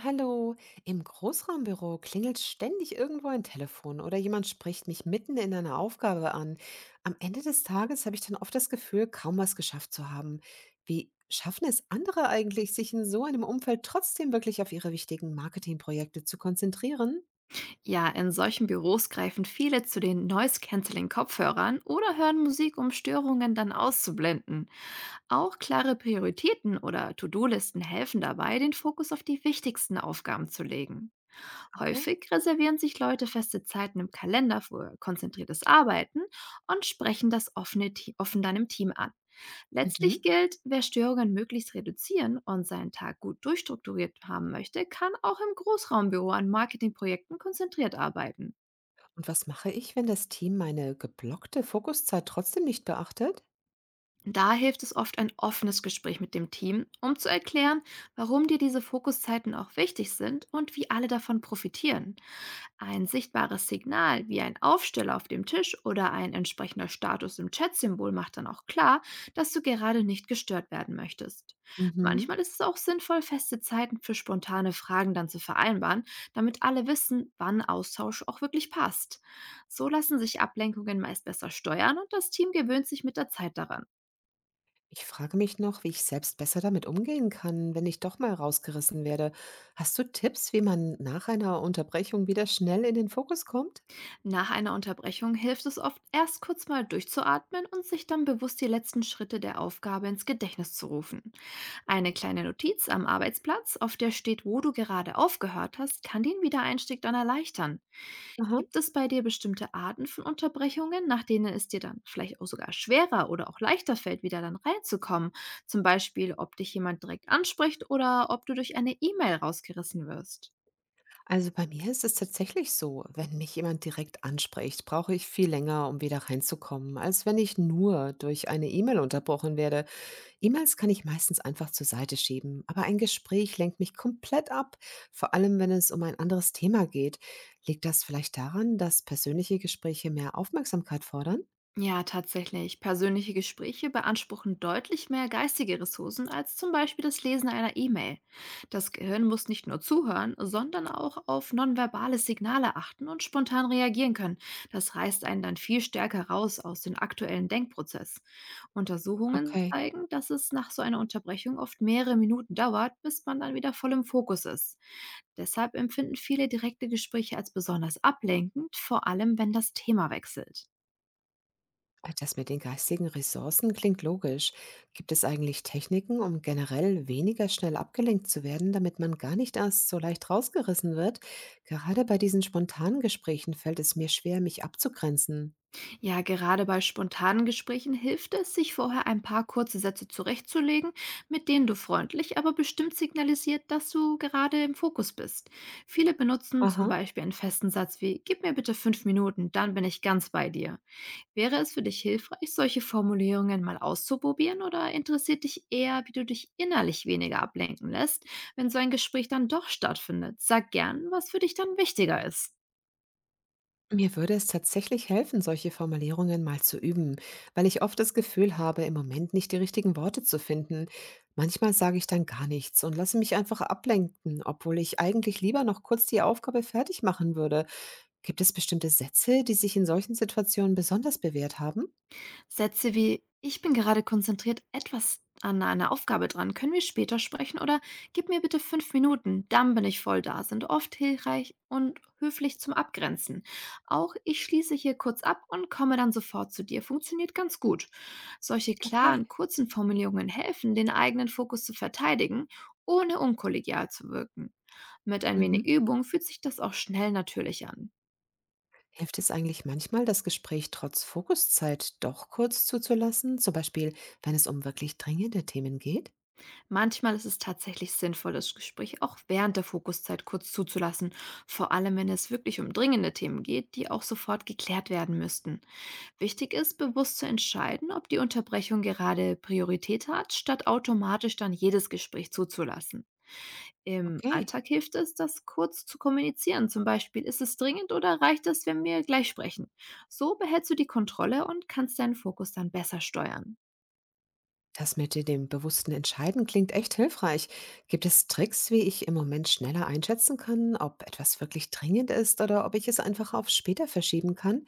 Hallo, im Großraumbüro klingelt ständig irgendwo ein Telefon oder jemand spricht mich mitten in einer Aufgabe an. Am Ende des Tages habe ich dann oft das Gefühl, kaum was geschafft zu haben. Wie schaffen es andere eigentlich, sich in so einem Umfeld trotzdem wirklich auf ihre wichtigen Marketingprojekte zu konzentrieren? Ja, in solchen Büros greifen viele zu den Noise-Canceling-Kopfhörern oder hören Musik, um Störungen dann auszublenden. Auch klare Prioritäten oder To-Do-Listen helfen dabei, den Fokus auf die wichtigsten Aufgaben zu legen. Okay. Häufig reservieren sich Leute feste Zeiten im Kalender für konzentriertes Arbeiten und sprechen das offen dann im Team an. Letztlich Mhm. gilt, wer Störungen möglichst reduzieren und seinen Tag gut durchstrukturiert haben möchte, kann auch im Großraumbüro an Marketingprojekten konzentriert arbeiten. Und was mache ich, wenn das Team meine geblockte Fokuszeit trotzdem nicht beachtet? Da hilft es oft ein offenes Gespräch mit dem Team, um zu erklären, warum dir diese Fokuszeiten auch wichtig sind und wie alle davon profitieren. Ein sichtbares Signal wie ein Aufsteller auf dem Tisch oder ein entsprechender Status im Chat-Symbol, macht dann auch klar, dass du gerade nicht gestört werden möchtest. Manchmal Mhm. ist es auch sinnvoll, feste Zeiten für spontane Fragen dann zu vereinbaren, damit alle wissen, wann Austausch auch wirklich passt. So lassen sich Ablenkungen meist besser steuern und das Team gewöhnt sich mit der Zeit daran. Ich frage mich noch, wie ich selbst besser damit umgehen kann, wenn ich doch mal rausgerissen werde. Hast du Tipps, wie man nach einer Unterbrechung wieder schnell in den Fokus kommt? Nach einer Unterbrechung hilft es oft, erst kurz mal durchzuatmen und sich dann bewusst die letzten Schritte der Aufgabe ins Gedächtnis zu rufen. Eine kleine Notiz am Arbeitsplatz, auf der steht, wo du gerade aufgehört hast, kann den Wiedereinstieg dann erleichtern. Aha. Gibt es bei dir bestimmte Arten von Unterbrechungen, nach denen es dir dann vielleicht auch sogar schwerer oder auch leichter fällt, wieder dann reinzukommen? Zum Beispiel, ob dich jemand direkt anspricht oder ob du durch eine E-Mail rausgerissen wirst. Also bei mir ist es tatsächlich so, wenn mich jemand direkt anspricht, brauche ich viel länger, um wieder reinzukommen, als wenn ich nur durch eine E-Mail unterbrochen werde. E-Mails kann ich meistens einfach zur Seite schieben, aber ein Gespräch lenkt mich komplett ab, vor allem wenn es um ein anderes Thema geht. Liegt das vielleicht daran, dass persönliche Gespräche mehr Aufmerksamkeit fordern? Ja, tatsächlich. Persönliche Gespräche beanspruchen deutlich mehr geistige Ressourcen als zum Beispiel das Lesen einer E-Mail. Das Gehirn muss nicht nur zuhören, sondern auch auf nonverbale Signale achten und spontan reagieren können. Das reißt einen dann viel stärker raus aus dem aktuellen Denkprozess. Untersuchungen Okay. zeigen, dass es nach so einer Unterbrechung oft mehrere Minuten dauert, bis man dann wieder voll im Fokus ist. Deshalb empfinden viele direkte Gespräche als besonders ablenkend, vor allem wenn das Thema wechselt. Ah, das mit den geistigen Ressourcen klingt logisch. Gibt es eigentlich Techniken, um generell weniger schnell abgelenkt zu werden, damit man gar nicht erst so leicht rausgerissen wird? Gerade bei diesen spontanen Gesprächen fällt es mir schwer, mich abzugrenzen. Ja, gerade bei spontanen Gesprächen hilft es, sich vorher ein paar kurze Sätze zurechtzulegen, mit denen du freundlich, aber bestimmt signalisiert, dass du gerade im Fokus bist. Viele benutzen zum Aha. Beispiel einen festen Satz wie „Gib mir bitte 5 Minuten, dann bin ich ganz bei dir“. Wäre es für dich hilfreich, solche Formulierungen mal auszuprobieren oder interessiert dich eher, wie du dich innerlich weniger ablenken lässt, wenn so ein Gespräch dann doch stattfindet? Sag gern, was für dich dann wichtiger ist. Mir würde es tatsächlich helfen, solche Formulierungen mal zu üben, weil ich oft das Gefühl habe, im Moment nicht die richtigen Worte zu finden. Manchmal sage ich dann gar nichts und lasse mich einfach ablenken, obwohl ich eigentlich lieber noch kurz die Aufgabe fertig machen würde. Gibt es bestimmte Sätze, die sich in solchen Situationen besonders bewährt haben? Sätze wie „Ich bin gerade konzentriert etwas an einer Aufgabe dran. Können wir später sprechen?“ oder „Gib mir bitte 5 Minuten, dann bin ich voll da“, sind oft hilfreich und höflich zum Abgrenzen. Auch „Ich schließe hier kurz ab und komme dann sofort zu dir“ funktioniert ganz gut. Solche Okay. klaren, kurzen Formulierungen helfen, den eigenen Fokus zu verteidigen, ohne unkollegial zu wirken. Mit ein wenig Mhm. Übung fühlt sich das auch schnell natürlich an. Hilft es eigentlich manchmal, das Gespräch trotz Fokuszeit doch kurz zuzulassen, zum Beispiel wenn es um wirklich dringende Themen geht? Manchmal ist es tatsächlich sinnvoll, das Gespräch auch während der Fokuszeit kurz zuzulassen, vor allem wenn es wirklich um dringende Themen geht, die auch sofort geklärt werden müssten. Wichtig ist, bewusst zu entscheiden, ob die Unterbrechung gerade Priorität hat, statt automatisch dann jedes Gespräch zuzulassen. Im Okay. Alltag hilft es, das kurz zu kommunizieren. Zum Beispiel, ist es dringend oder reicht es, wenn wir gleich sprechen? So behältst du die Kontrolle und kannst deinen Fokus dann besser steuern. Das mit dem bewussten Entscheiden klingt echt hilfreich. Gibt es Tricks, wie ich im Moment schneller einschätzen kann, ob etwas wirklich dringend ist oder ob ich es einfach auf später verschieben kann?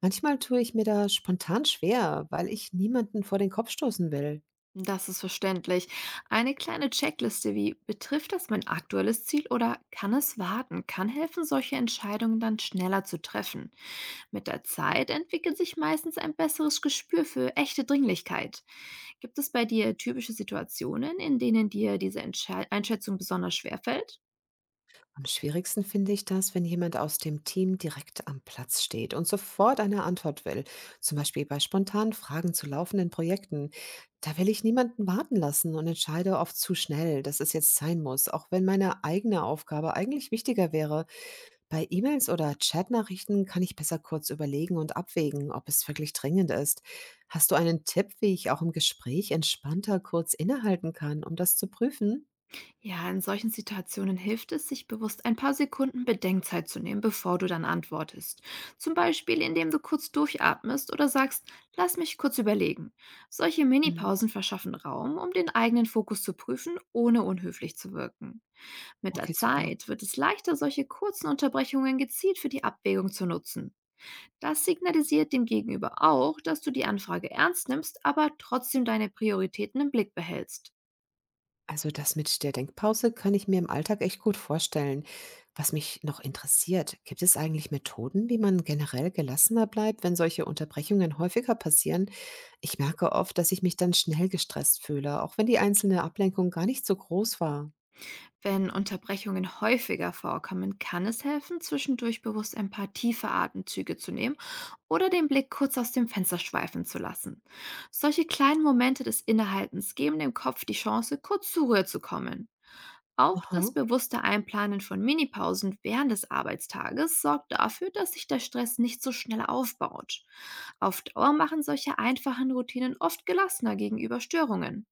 Manchmal tue ich mir da spontan schwer, weil ich niemanden vor den Kopf stoßen will. Das ist verständlich. Eine kleine Checkliste wie „betrifft das mein aktuelles Ziel oder kann es warten“, kann helfen, solche Entscheidungen dann schneller zu treffen. Mit der Zeit entwickelt sich meistens ein besseres Gespür für echte Dringlichkeit. Gibt es bei dir typische Situationen, in denen dir diese Entsche Einschätzung besonders schwer fällt? Am schwierigsten finde ich das, wenn jemand aus dem Team direkt am Platz steht und sofort eine Antwort will. Zum Beispiel bei spontanen Fragen zu laufenden Projekten. Da will ich niemanden warten lassen und entscheide oft zu schnell, dass es jetzt sein muss, auch wenn meine eigene Aufgabe eigentlich wichtiger wäre. Bei E-Mails oder Chatnachrichten kann ich besser kurz überlegen und abwägen, ob es wirklich dringend ist. Hast du einen Tipp, wie ich auch im Gespräch entspannter kurz innehalten kann, um das zu prüfen? Ja, in solchen Situationen hilft es, sich bewusst ein paar Sekunden Bedenkzeit zu nehmen, bevor du dann antwortest. Zum Beispiel, indem du kurz durchatmest oder sagst, lass mich kurz überlegen. Solche Mhm. Minipausen verschaffen Raum, um den eigenen Fokus zu prüfen, ohne unhöflich zu wirken. Mit der Okay, super. Zeit wird es leichter, solche kurzen Unterbrechungen gezielt für die Abwägung zu nutzen. Das signalisiert dem Gegenüber auch, dass du die Anfrage ernst nimmst, aber trotzdem deine Prioritäten im Blick behältst. Also das mit der Denkpause kann ich mir im Alltag echt gut vorstellen. Was mich noch interessiert, gibt es eigentlich Methoden, wie man generell gelassener bleibt, wenn solche Unterbrechungen häufiger passieren? Ich merke oft, dass ich mich dann schnell gestresst fühle, auch wenn die einzelne Ablenkung gar nicht so groß war. Wenn Unterbrechungen häufiger vorkommen, kann es helfen, zwischendurch bewusst ein paar tiefe Atemzüge zu nehmen oder den Blick kurz aus dem Fenster schweifen zu lassen. Solche kleinen Momente des Innehaltens geben dem Kopf die Chance, kurz zur Ruhe zu kommen. Auch das Aha. bewusste Einplanen von Minipausen während des Arbeitstages sorgt dafür, dass sich der Stress nicht so schnell aufbaut. Auf Dauer machen solche einfachen Routinen oft gelassener gegenüber Störungen.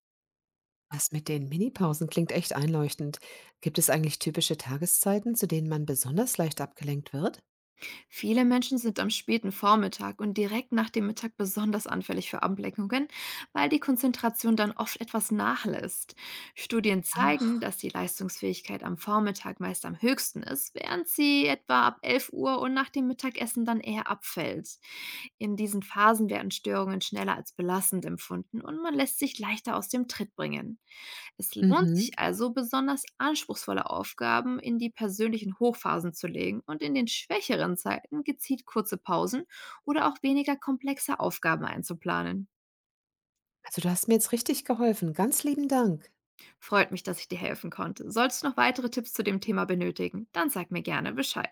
Das mit den Minipausen klingt echt einleuchtend. Gibt es eigentlich typische Tageszeiten, zu denen man besonders leicht abgelenkt wird? Viele Menschen sind am späten Vormittag und direkt nach dem Mittag besonders anfällig für Ablenkungen, weil die Konzentration dann oft etwas nachlässt. Studien zeigen, Ach. dass die Leistungsfähigkeit am Vormittag meist am höchsten ist, während sie etwa ab 11 Uhr und nach dem Mittagessen dann eher abfällt. In diesen Phasen werden Störungen schneller als belastend empfunden und man lässt sich leichter aus dem Tritt bringen. Es lohnt sich Mhm. also, besonders anspruchsvolle Aufgaben in die persönlichen Hochphasen zu legen und in den schwächeren Zeiten gezielt kurze Pausen oder auch weniger komplexe Aufgaben einzuplanen. Also du hast mir jetzt richtig geholfen. Ganz lieben Dank. Freut mich, dass ich dir helfen konnte. Sollst du noch weitere Tipps zu dem Thema benötigen, dann sag mir gerne Bescheid.